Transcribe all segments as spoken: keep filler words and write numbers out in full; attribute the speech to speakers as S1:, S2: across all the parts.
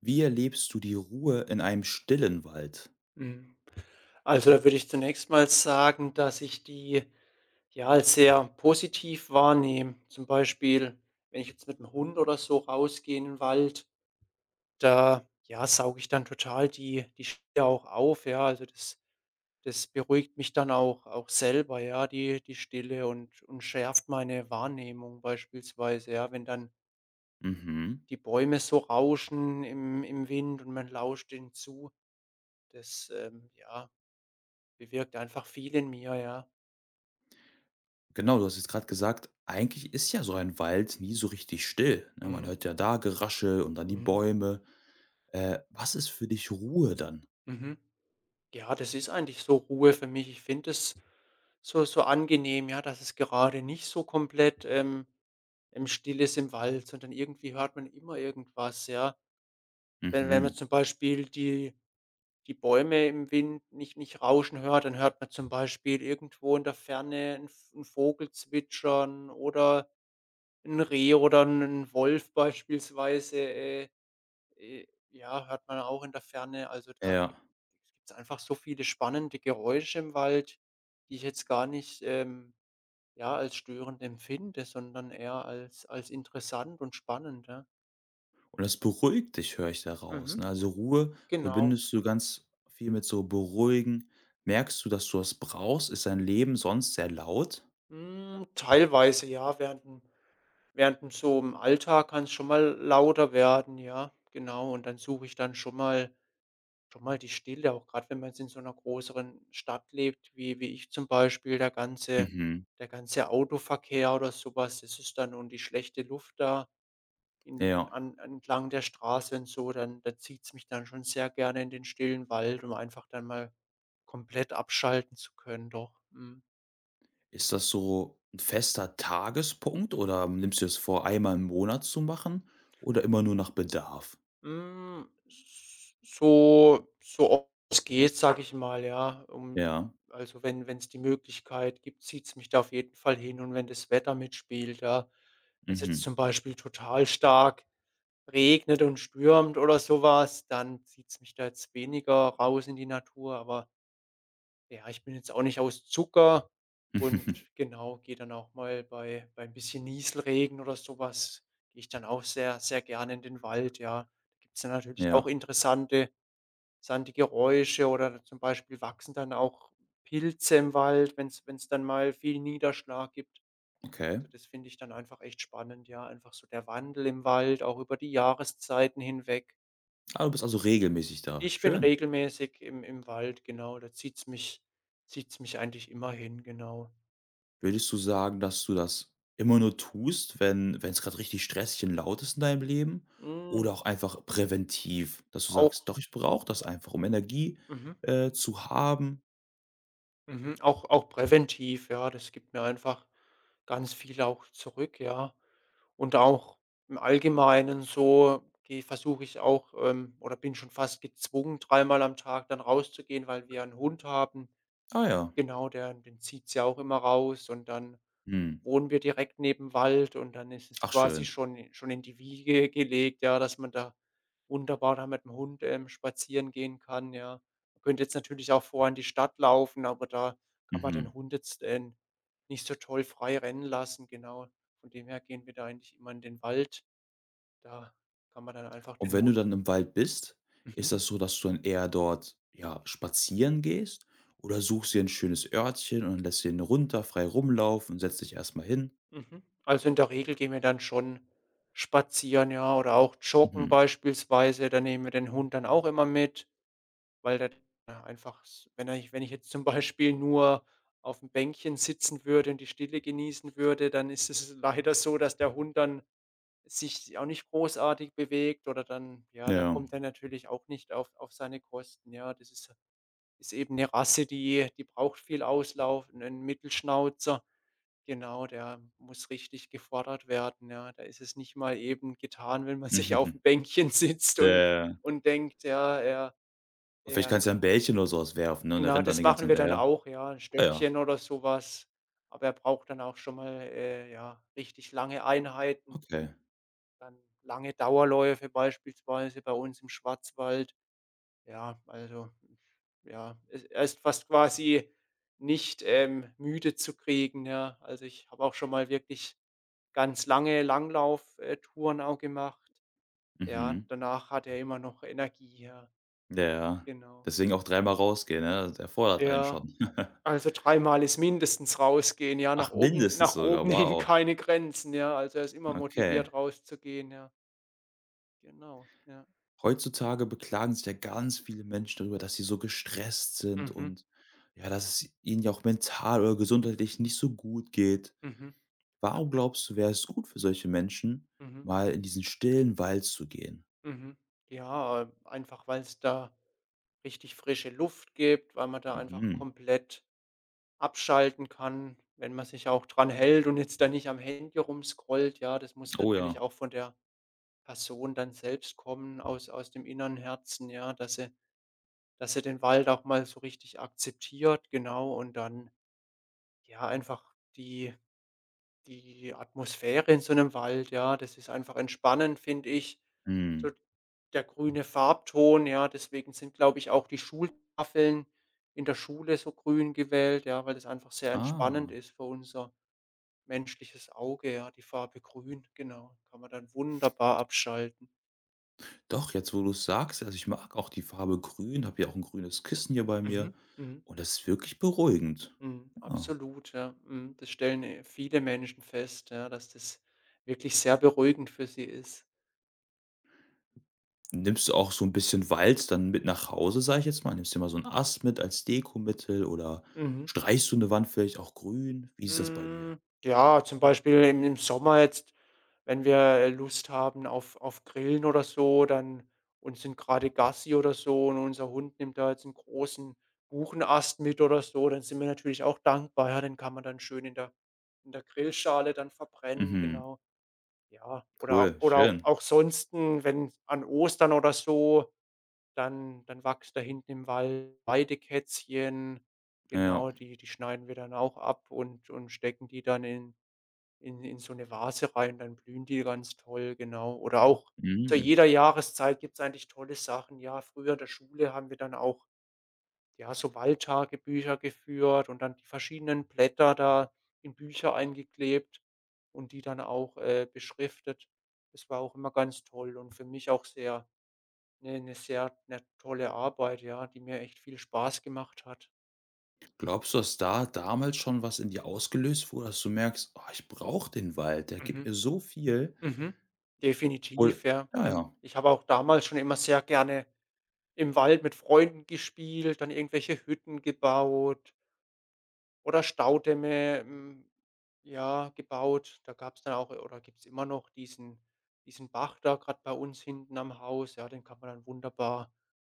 S1: Wie erlebst du die Ruhe in einem stillen Wald?
S2: Mhm. Also, da würde ich zunächst mal sagen, dass ich die, ja, als sehr positiv wahrnehme. Zum Beispiel, wenn ich jetzt mit dem Hund oder so rausgehe in den Wald, da, ja, sauge ich dann total die die Stille auch auf, ja. Also, das das beruhigt mich dann auch auch selber, ja, die die Stille und und schärft meine Wahrnehmung beispielsweise, ja, wenn dann
S1: Mhm.
S2: die Bäume so rauschen im im Wind und man lauscht denen zu. Das, ähm, ja, bewirkt einfach viel in mir, ja.
S1: Genau, du hast jetzt gerade gesagt, eigentlich ist ja so ein Wald nie so richtig still. Ne, man
S2: Mhm,
S1: hört ja da Geraschel und dann die
S2: mhm,
S1: Bäume. Äh, was ist für dich Ruhe dann?
S2: mhm. Ja, das ist eigentlich so Ruhe für mich. Ich finde es so so angenehm, ja, dass es gerade nicht so komplett, ähm ähm, still ist im Wald, sondern irgendwie hört man immer irgendwas, ja. Wenn wenn man
S1: Mhm.
S2: zum Beispiel die die Bäume im Wind nicht nicht rauschen hört, dann hört man zum Beispiel irgendwo in der Ferne 'n V 'n Vogel zwitschern oder ein Reh oder einen Wolf beispielsweise, äh Äh, ja, hört man auch in der Ferne. Also, da gibt
S1: Ja.
S2: es einfach so viele spannende Geräusche im Wald, die ich jetzt gar nicht, ähm, ja, als störend empfinde, sondern eher als als interessant und spannend, ja.
S1: Und das beruhigt dich, höre ich daraus.
S2: Mhm.
S1: Ne? Also Ruhe
S2: Genau.
S1: verbindest du ganz viel mit so beruhigen. Merkst du, dass du das brauchst? Ist dein Leben sonst sehr laut?
S2: Hm, teilweise ja, während 'n während 'n so im Alltag kann es schon mal lauter werden, ja, genau. Und dann suche ich dann schon mal Schon mal die Stille, auch gerade wenn man jetzt in so einer größeren Stadt lebt, wie wie ich zum Beispiel, der ganze
S1: Mhm.
S2: der ganze Autoverkehr oder sowas das ist dann und die schlechte Luft da in in
S1: Ja.
S2: an entlang der Straße und so, dann da zieht es mich dann schon sehr gerne in den stillen Wald, um einfach dann mal komplett abschalten zu können, doch. Mhm.
S1: Ist das so ein fester Tagespunkt oder nimmst du es vor, einmal im Monat zu machen oder immer nur nach Bedarf?
S2: Hm, s so so oft es geht, sage ich mal, ja. Ähm,
S1: Ja.
S2: also, wenn wenn es die Möglichkeit gibt, zieht's mich da auf jeden Fall hin und wenn das Wetter mitspielt, ja. Wenn es jetzt
S1: Mhm.
S2: zum Beispiel total stark regnet und stürmt oder sowas was, dann zieht's mich da jetzt weniger raus in die Natur, aber ja, ich bin jetzt auch nicht aus Zucker und genau, gehe dann auch mal bei bei ein bisschen Nieselregen oder sowas gehe ich dann auch sehr, sehr gerne in den Wald, ja. Da gibt's dann natürlich auch
S1: Ja,
S2: interessante interessante Geräusche oder zum Beispiel wachsen dann auch Pilze im Wald, wenn es wenn es dann mal viel Niederschlag gibt.
S1: okay.
S2: Also, das finde ich dann einfach echt spannend, ja, einfach so der Wandel im Wald, auch über die Jahreszeiten hinweg.
S1: Ah, du bist also regelmäßig da.
S2: Ich bin
S1: Schön.
S2: regelmäßig im im Wald, genau, da zieht's mich zieht's mich eigentlich immer hin, genau.
S1: Würdest du sagen, dass du das immer nur tust, wenn wenn es gerade richtig stressig und laut ist in deinem Leben
S2: Hm,
S1: oder auch einfach präventiv, dass du
S2: Auch
S1: sagst: „Doch, ich brauche das einfach, um Energie,
S2: mhm,
S1: äh, zu haben?“
S2: mhm, auch auch präventiv, ja. Das gibt mir einfach ganz viel auch zurück, ja. Und auch im Allgemeinen so gehe versuche ich auch, ähm oder bin schon fast gezwungen, dreimal am Tag dann rauszugehen, weil wir einen Hund haben.
S1: Ah ja.
S2: Genau, der den zieht's ja auch immer raus und dann
S1: Mhm.
S2: wohnen wir direkt neben Wald und dann ist es
S1: Ach
S2: quasi
S1: schön.
S2: schon schon in die Wiege gelegt, ja, dass man da wunderbar da mit 'm Hund, ähm, spazieren gehen kann, ja. Man könnte jetzt natürlich auch vor in die Stadt laufen, aber da kann man den
S1: Mhm.
S2: Hund jetzt, ähm, nicht so toll frei rennen lassen, genau. Von dem her gehen wir da eigentlich immer in den Wald. Da kann man dann einfach
S1: Und
S2: den
S1: wenn du
S2: Hund.
S1: dann im Wald bist,
S2: Mhm,
S1: ist das so, dass du dann eher dort, ja, spazieren gehst oder suchst dir ein schönes Örtchen und lässt den runter frei rumlaufen und setzt dich erstmal hin?
S2: mhm. Also, in der Regel gehen wir dann schon spazieren, ja, oder auch joggen
S1: Mhm.
S2: beispielsweise. Da nehmen wir den Hund dann auch immer mit. Weil der einfach s wenn ich wenn ich jetzt zum Beispiel nur auf dem Bänkchen sitzen würde und die Stille genießen würde, dann ist es leider so, dass der Hund dann sich auch nicht großartig bewegt oder dann ja, da
S1: Ja.
S2: kommt er natürlich auch nicht auf auf seine Kosten. Ja, das ist ist eben eine Rasse, die die braucht viel Auslauf, einen Mittelschnauzer. Genau, der muss richtig gefordert werden, ja. Da ist es nicht mal eben getan, wenn man sich auf dem
S1: Mhm.
S2: Bänkchen sitzt
S1: Ja,
S2: und
S1: ja, ja.
S2: und denkt, ja, er
S1: Vielleicht
S2: er
S1: kannst du ja 'n Bällchen oder so was werfen, ne, und der
S2: Genau,
S1: rennt dann
S2: das
S1: die ganze
S2: machen
S1: Zeit
S2: wir dann
S1: hinterher.
S2: auch, ja, ein
S1: Ah ja,
S2: Stöckchen oder so was. Aber er braucht dann auch schon mal, äh, ja, richtig lange Einheiten,
S1: okay.
S2: dann lange Dauerläufe beispielsweise bei uns im Schwarzwald. Ja, also, ja, es er ist fast quasi nicht, ähm, müde zu kriegen, ja. Also, ich habe auch schon mal wirklich ganz lange Langlauf äh, Touren auch gemacht. Ja,
S1: Mhm.
S2: danach hat er immer noch Energie, ja,
S1: Ja, ja.
S2: genau.
S1: Deswegen auch dreimal rausgehen, ne? Das erfordert einen
S2: Ja.
S1: schon.
S2: Also, dreimal ist mindestens rausgehen, ja. Nach
S1: Ach,
S2: oben
S1: mindestens
S2: nach
S1: sogar,
S2: oben hin
S1: wow.
S2: keine Grenzen, ja. Also, er ist immer
S1: Okay.
S2: motiviert rauszugehen, ja. Genau, ja.
S1: Heutzutage beklagen sich ja ganz viele Menschen darüber, dass sie so gestresst sind
S2: Mhm,
S1: und ja, dass es ihnen ja auch mental oder gesundheitlich nicht so gut geht.
S2: mhm,
S1: Warum glaubst du, wäre es gut für solche Menschen,
S2: mhm,
S1: mal in diesen stillen Wald zu gehen?
S2: mhm. Ja, einfach weil's da richtig frische Luft gibt, weil man da einfach
S1: Mhm.
S2: komplett abschalten kann, wenn man sich auch dran hält und jetzt da nicht am Handy rumscrollt, ja. Das muss
S1: Oh
S2: natürlich
S1: ja.
S2: auch von der Person dann selbst kommen aus aus dem inneren Herzen, ja, dass sie dass er den Wald auch mal so richtig akzeptiert, genau, und dann, ja, einfach die die Atmosphäre in so einem Wald, ja, das ist einfach entspannend, finde ich. So
S1: Mhm.
S2: der grüne Farbton, ja, deswegen sind, glaube ich, auch die Schultafeln in der Schule so grün gewählt, ja, weil das einfach sehr entspannend
S1: Ah.
S2: ist für unser menschliches Auge, ja, die Farbe grün, genau. Kann man dann wunderbar abschalten.
S1: Doch, jetzt wo du es sagst, also ich mag auch die Farbe grün, habe ja auch ein grünes Kissen hier bei mir
S2: Mhm, mhm.
S1: und das ist wirklich beruhigend.
S2: Mhm,
S1: Ja.
S2: absolut, ja. Mhm, das stellen, äh, viele Menschen fest, ja, dass das wirklich sehr beruhigend für sie ist.
S1: Nimmst du auch so 'n bisschen Wald dann mit nach Hause, sage ich jetzt mal? Nimmst dir mal so 'n Ast mit als Dekomittel oder
S2: Mhm.
S1: streichst du 'ne Wand vielleicht auch grün? Wie ist das bei dir?
S2: Hm, ja, zum Beispiel im im Sommer jetzt, wenn wir, äh, Lust haben auf auf Grillen oder so, dann und sind gerade Gassi oder so und unser Hund nimmt da jetzt einen großen Buchenast mit oder so, dann sind wir natürlich auch dankbar, ja, den kann man dann schön in der in der Grillschale dann verbrennen,
S1: Mhm.
S2: genau. Ja, oder
S1: Cool,
S2: oder auch
S1: schön.
S2: auch sonsten, wenn an Ostern oder so, dann dann wächst da hinten im Wald Weidekätzchen.
S1: Ja. ja.
S2: Genau, die die schneiden wir dann auch ab und und stecken die dann in in in so eine Vase rein, dann blühen die ganz toll, genau. Oder auch zu
S1: Mhm.
S2: jeder Jahreszeit gibt's eigentlich tolle Sachen. Ja, früher in der Schule haben wir dann auch ja, so Waldtagebücher geführt und dann die verschiedenen Blätter da in Bücher eingeklebt und die dann auch, äh, beschriftet. Das war auch immer ganz toll und für mich auch sehr eine 'ne 'ne sehr 'ne tolle Arbeit, ja, die mir echt viel Spaß gemacht hat.
S1: Glaubst du, dass da damals schon was in dir ausgelöst wurde, dass du merkst: „Oh, ich brauche den Wald, der gibt
S2: Mhm,
S1: mir so viel.“
S2: mhm. Definitiv,
S1: Obwohl
S2: ja.
S1: ja, ja.
S2: Mhm.
S1: Ja.
S2: Ich habe auch damals schon immer sehr gerne im Wald mit Freunden gespielt, dann irgendwelche Hütten gebaut. Oder Staudämme, hm, ja, gebaut. Da gab's dann auch oder gibt's immer noch diesen diesen Bach da gerade bei uns hinten am Haus, ja, den kann man dann wunderbar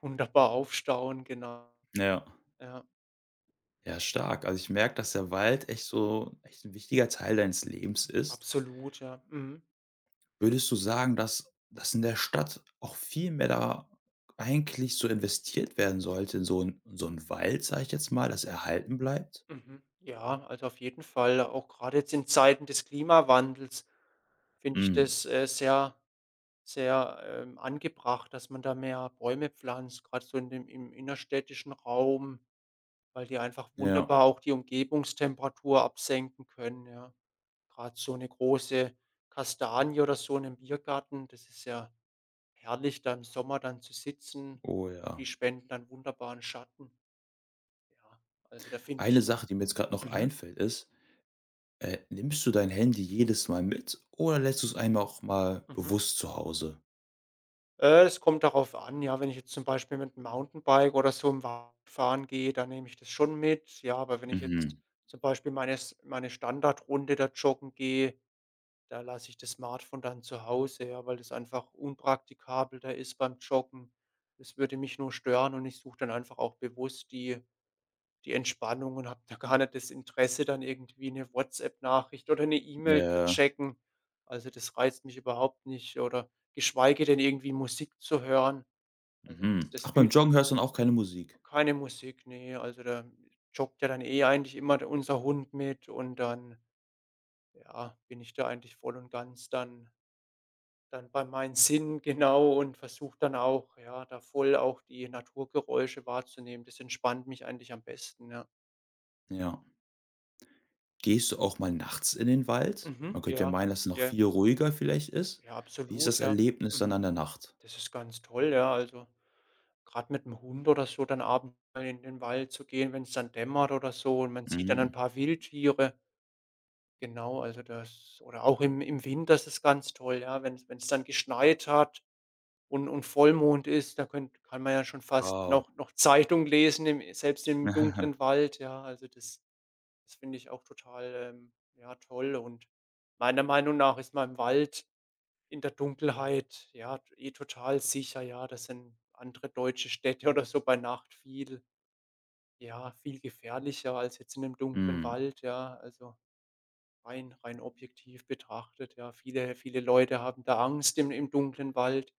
S2: wunderbar aufstauen, genau.
S1: Ja,
S2: Ja,
S1: Ja, stark. Also, ich merke, dass der Wald echt so echt 'n wichtiger Teil deines Lebens ist.
S2: absolut, ja. Mhm.
S1: Würdest du sagen, dass dass in der Stadt auch viel mehr da eigentlich so investiert werden sollte in so ein so 'n Wald, sage ich jetzt mal, dass erhalten bleibt?
S2: Mhm. Ja, also auf jeden Fall, auch gerade jetzt in Zeiten des Klimawandels finde ich
S1: Mhm.
S2: das, äh, sehr sehr, ähm, angebracht, dass man da mehr Bäume pflanzt, gerade so in dem im innerstädtischen Raum. Weil die einfach
S1: Ja.
S2: wunderbar auch die Umgebungstemperatur absenken können, ja. Gerade so 'ne große Kastanie oder so in 'nem Biergarten, das ist ja herrlich, da im Sommer dann zu sitzen.
S1: Oh ja.
S2: Die spenden dann wunderbaren Schatten. Ja, also, da finde
S1: Eine
S2: ich.
S1: Sache, die mir jetzt gerade noch
S2: Mhm,
S1: einfällt, ist, äh, nimmst du dein Handy jedes Mal mit oder lässt du es einmal auch mal
S2: mhm.
S1: bewusst zu Hause?
S2: Äh, es kommt darauf an, ja, wenn ich jetzt zum Beispiel mit 'm Mountainbike oder so im Wald fahren gehe, dann nehme ich das schon mit. Ja, aber wenn ich jetzt
S1: Mhm.
S2: zum Beispiel meine s meine Standardrunde da joggen gehe. Da lasse ich das Smartphone dann zu Hause, ja, weil das einfach unpraktikabel da ist beim Joggen. Das würde mich nur stören und ich suche dann einfach auch bewusst die die Entspannung und habe da gar nicht das Interesse, dann irgendwie eine WhatsApp-Nachricht oder eine E-Mail zu
S1: Ja.
S2: checken. Also, das reizt mich überhaupt nicht oder geschweige denn irgendwie Musik zu hören. Also, das
S1: Mhm.
S2: das
S1: Ach, beim
S2: fühlt
S1: Joggen hörst du dann auch keine Musik?
S2: keine Musik, nee. Also, da joggt ja dann eh eigentlich immer d unser Hund mit und dann, ja, bin ich da eigentlich voll und ganz dann Dann bei meinen Sinnen, genau, und versuche dann auch, ja, da voll auch die Naturgeräusche wahrzunehmen. Das entspannt mich eigentlich am besten, ja.
S1: Ja. Gehst du auch mal nachts in den Wald?
S2: Mhm.
S1: Man könnte ja
S2: Ja.
S1: meinen, dass es noch
S2: Ja,
S1: viel ruhiger vielleicht ist.
S2: ja,
S1: Wie ist das
S2: absolut, ja.
S1: Erlebnis dann
S2: Mhm.
S1: an der Nacht?
S2: Das ist ganz toll, ja. Also, gerade mit dem Hund oder so dann abends mal in den Wald zu gehen, wenn es dann dämmert oder so und man sieht dann ein
S1: Mhm.
S2: paar Wildtiere. Genau, also das oder auch im im Winter ist es ganz toll, ja, wenn es dann geschneit hat und und Vollmond ist, da könnt kann man ja schon fast
S1: Wow.
S2: noch noch Zeitung lesen im selbst im dunklen Wald, ja. Also, das das finde ich auch total, ähm, ja, toll und meiner Meinung nach ist man im Wald in der Dunkelheit, ja, eh total sicher, ja. Das sind andere deutsche Städte oder so bei Nacht viel ja, viel gefährlicher als jetzt in 'nem dunklen
S1: Mhm.
S2: Wald, ja, also Rein rein objektiv betrachtet, ja. Viele viele Leute haben da Angst im im dunklen Wald.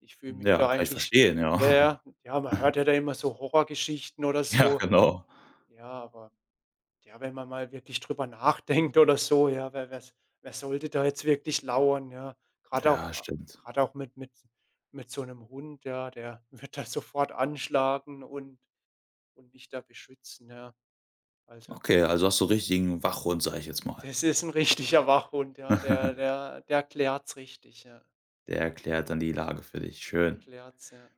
S2: Ich fühle mich
S1: Ja,
S2: da
S1: kann ich
S2: eigentlich
S1: verstehen,
S2: ja,
S1: ja.
S2: ja, ja, man hört ja da immer so Horrorgeschichten oder
S1: Ja,
S2: so.
S1: genau.
S2: Ja, aber ja, wenn man mal wirklich drüber nachdenkt oder so, ja, wer wer wer sollte da jetzt wirklich lauern, ja? Gerade auch
S1: Ja, stimmt.
S2: gerade auch mit mit mit so einem Hund, ja, der wird da sofort anschlagen und und dich da beschützen, ja. Also,
S1: Okay, also hast du richtigen Wachhund, sage ich jetzt mal.
S2: das ist ein richtiger Wachhund, ja, der der der klärt's richtig, ja.
S1: Der erklärt dann die Lage für dich. Schön.
S2: Erklärt's, ja,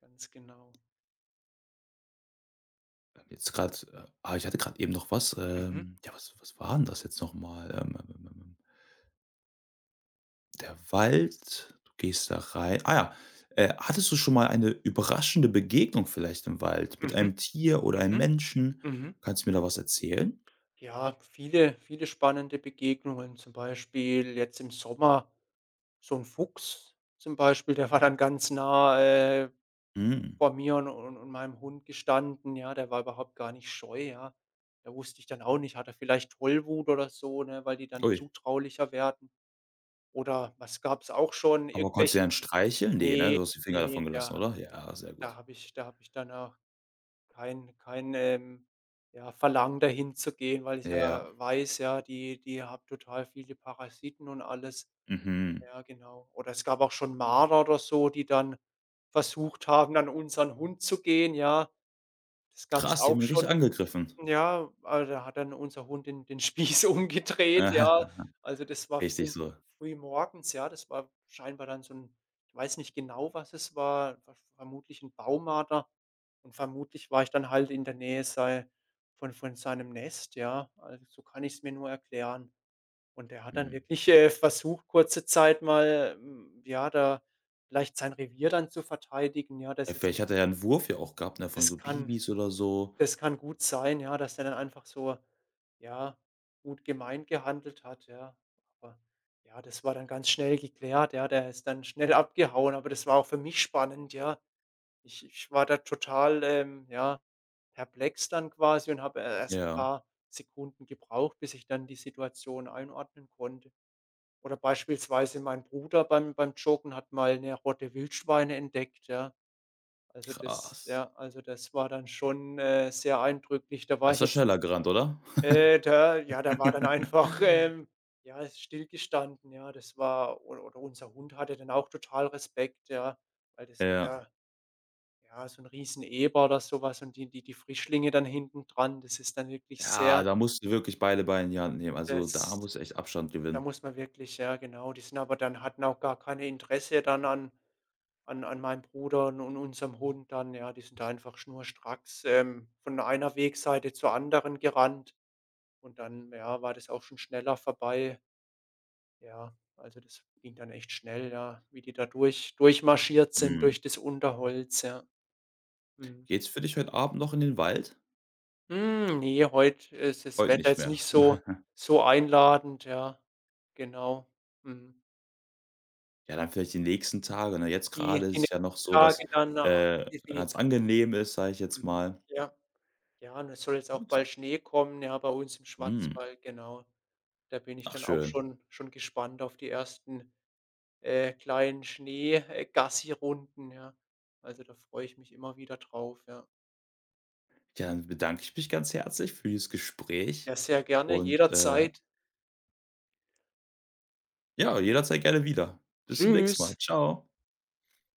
S2: ganz genau.
S1: Jetzt gerade, äh, ah, ich hatte gerade eben noch was,
S2: Mhm,
S1: ähm ja, was was war 'n das jetzt noch mal? Ähm, ähm, ähm, ähm Der Wald, du gehst da rein. Ah ja, äh, hattest du schon mal eine überraschende Begegnung vielleicht im Wald mit
S2: mhm,
S1: einem Tier oder einem
S2: mhm,
S1: Menschen?
S2: mhm.
S1: Kannst du mir da was erzählen?
S2: Ja, viele viele spannende Begegnungen, zum Beispiel jetzt im Sommer so ein Fuchs zum Beispiel, der war dann ganz nah, äh,
S1: Hm.
S2: vor mir und und und meinem Hund gestanden, ja, der war überhaupt gar nicht scheu, ja. Da wusste ich dann auch nicht, hat er vielleicht Tollwut oder so, ne, weil die dann
S1: Ui.
S2: zutraulicher werden? Oder was gab's auch schon,
S1: Aber konntest du
S2: irgendwelche
S1: ja dann streicheln? Ne, ne? Du hast die Finger davon
S2: ne,
S1: gelassen,
S2: da
S1: oder? Ja, sehr
S2: da
S1: gut.
S2: habe ich da habe ich dann, äh, Kein kein, ähm, ja, Verlangen dahin zu gehen, weil ich
S1: Ja.
S2: ja weiß, ja, die die haben total viele Parasiten und alles.
S1: Mhm.
S2: Ja, genau. Oder es gab auch schon Marder oder so, die dann versucht haben, an unseren Hund zu gehen, ja. Das gab es
S1: Krass, die haben
S2: auch
S1: ihn richtig
S2: schon.
S1: angegriffen.
S2: Ja, also, da hat dann unser Hund den den Spieß umgedreht, ja.
S1: Aha.
S2: Also, das war
S1: Richtig
S2: früh
S1: so.
S2: früh morgens, ja. Das war scheinbar dann so ein, ich weiß nicht genau, was es war, ver vermutlich ein Baumarder. Und vermutlich war ich dann halt in der Nähe sei von von seinem Nest, ja. Also, so kann ich es mir nur erklären. Und er hat dann
S1: Mhm.
S2: wirklich, äh, versucht, kurze Zeit mal, hm, ja, da vielleicht sein Revier dann zu verteidigen, ja. Das
S1: Ja,
S2: jetzt
S1: vielleicht hat er ja einen Wurf ja auch gehabt, ne, von so
S2: das kann
S1: Bibis oder so.
S2: das kann gut sein, ja, dass er dann einfach so, ja, gut gemeint gehandelt hat, ja. Aber ja, das war dann ganz schnell geklärt, ja. Der ist dann schnell abgehauen, aber das war auch für mich spannend, ja. Ich ich war da total, ähm, ja, perplex dann quasi und habe, äh, erst ein
S1: Ja,
S2: paar Sekunden gebraucht, bis ich dann die Situation einordnen konnte. Oder beispielsweise mein Bruder beim beim Joggen hat mal eine rote Wildschweine entdeckt, ja. Also, das
S1: krass.
S2: ja, also, das war dann schon, äh, sehr eindrücklich. Da
S1: Da
S2: war
S1: ist
S2: ich
S1: er
S2: jetzt
S1: schneller gerannt, oder?
S2: äh, da ja, da war dann einfach, ähm, ja, stillgestanden, ja. Das war oder oder unser Hund hatte dann auch total Respekt, ja, weil das
S1: Ja.
S2: ja ja, so ein riesen Eber oder sowas und die die die Frischlinge dann hinten dran, das ist dann wirklich
S1: Ja,
S2: sehr
S1: da musst du wirklich beide Beine in die Hand nehmen. Also, da
S2: das
S1: musst du echt Abstand
S2: da
S1: gewinnen.
S2: muss man wirklich ja genau, die sind aber dann hatten auch gar keine Interesse dann an an an meinem Bruder und und unserem Hund dann, ja. Die sind da einfach schnurstracks, ähm, von einer Wegseite zur anderen gerannt und dann, ja, war das auch schon schneller vorbei. Ja, also das ging dann echt schnell, ja, wie die da durch durchmarschiert sind
S1: Mhm.
S2: durch das Unterholz, ja. Mhm.
S1: Geht's für dich heute Abend noch in den Wald?
S2: Hm, ne, heut ist das
S1: Heute
S2: Wetter
S1: nicht
S2: jetzt
S1: mehr.
S2: nicht so so einladend, ja. Genau. Mhm.
S1: Ja, dann vielleicht die nächsten Tage, ne? Jetzt gerade
S2: Die die
S1: ist es ja noch
S2: nächsten
S1: so, dass,
S2: Tage dann, äh,
S1: äh, ganz
S2: definitiv.
S1: angenehm ist, sage ich jetzt
S2: Mhm.
S1: mal.
S2: Ja. Ja, und es soll jetzt auch
S1: Gut.
S2: bald Schnee kommen, ja, bei uns im
S1: Mhm.
S2: Schwarzwald, genau. Da bin ich
S1: Ach,
S2: dann auch
S1: schön.
S2: schon schon gespannt auf die ersten, äh, kleinen Schnee äh, Gassi-Runden, ja. Also, da freue ich mich immer wieder drauf, ja.
S1: Ja, dann bedanke ich mich ganz herzlich für dieses Gespräch
S2: Ja, sehr gerne,
S1: und, äh,
S2: jederzeit.
S1: ja, jederzeit gerne wieder. Bis zum nächsten
S2: Tschüss.
S1: Mal. Ciao.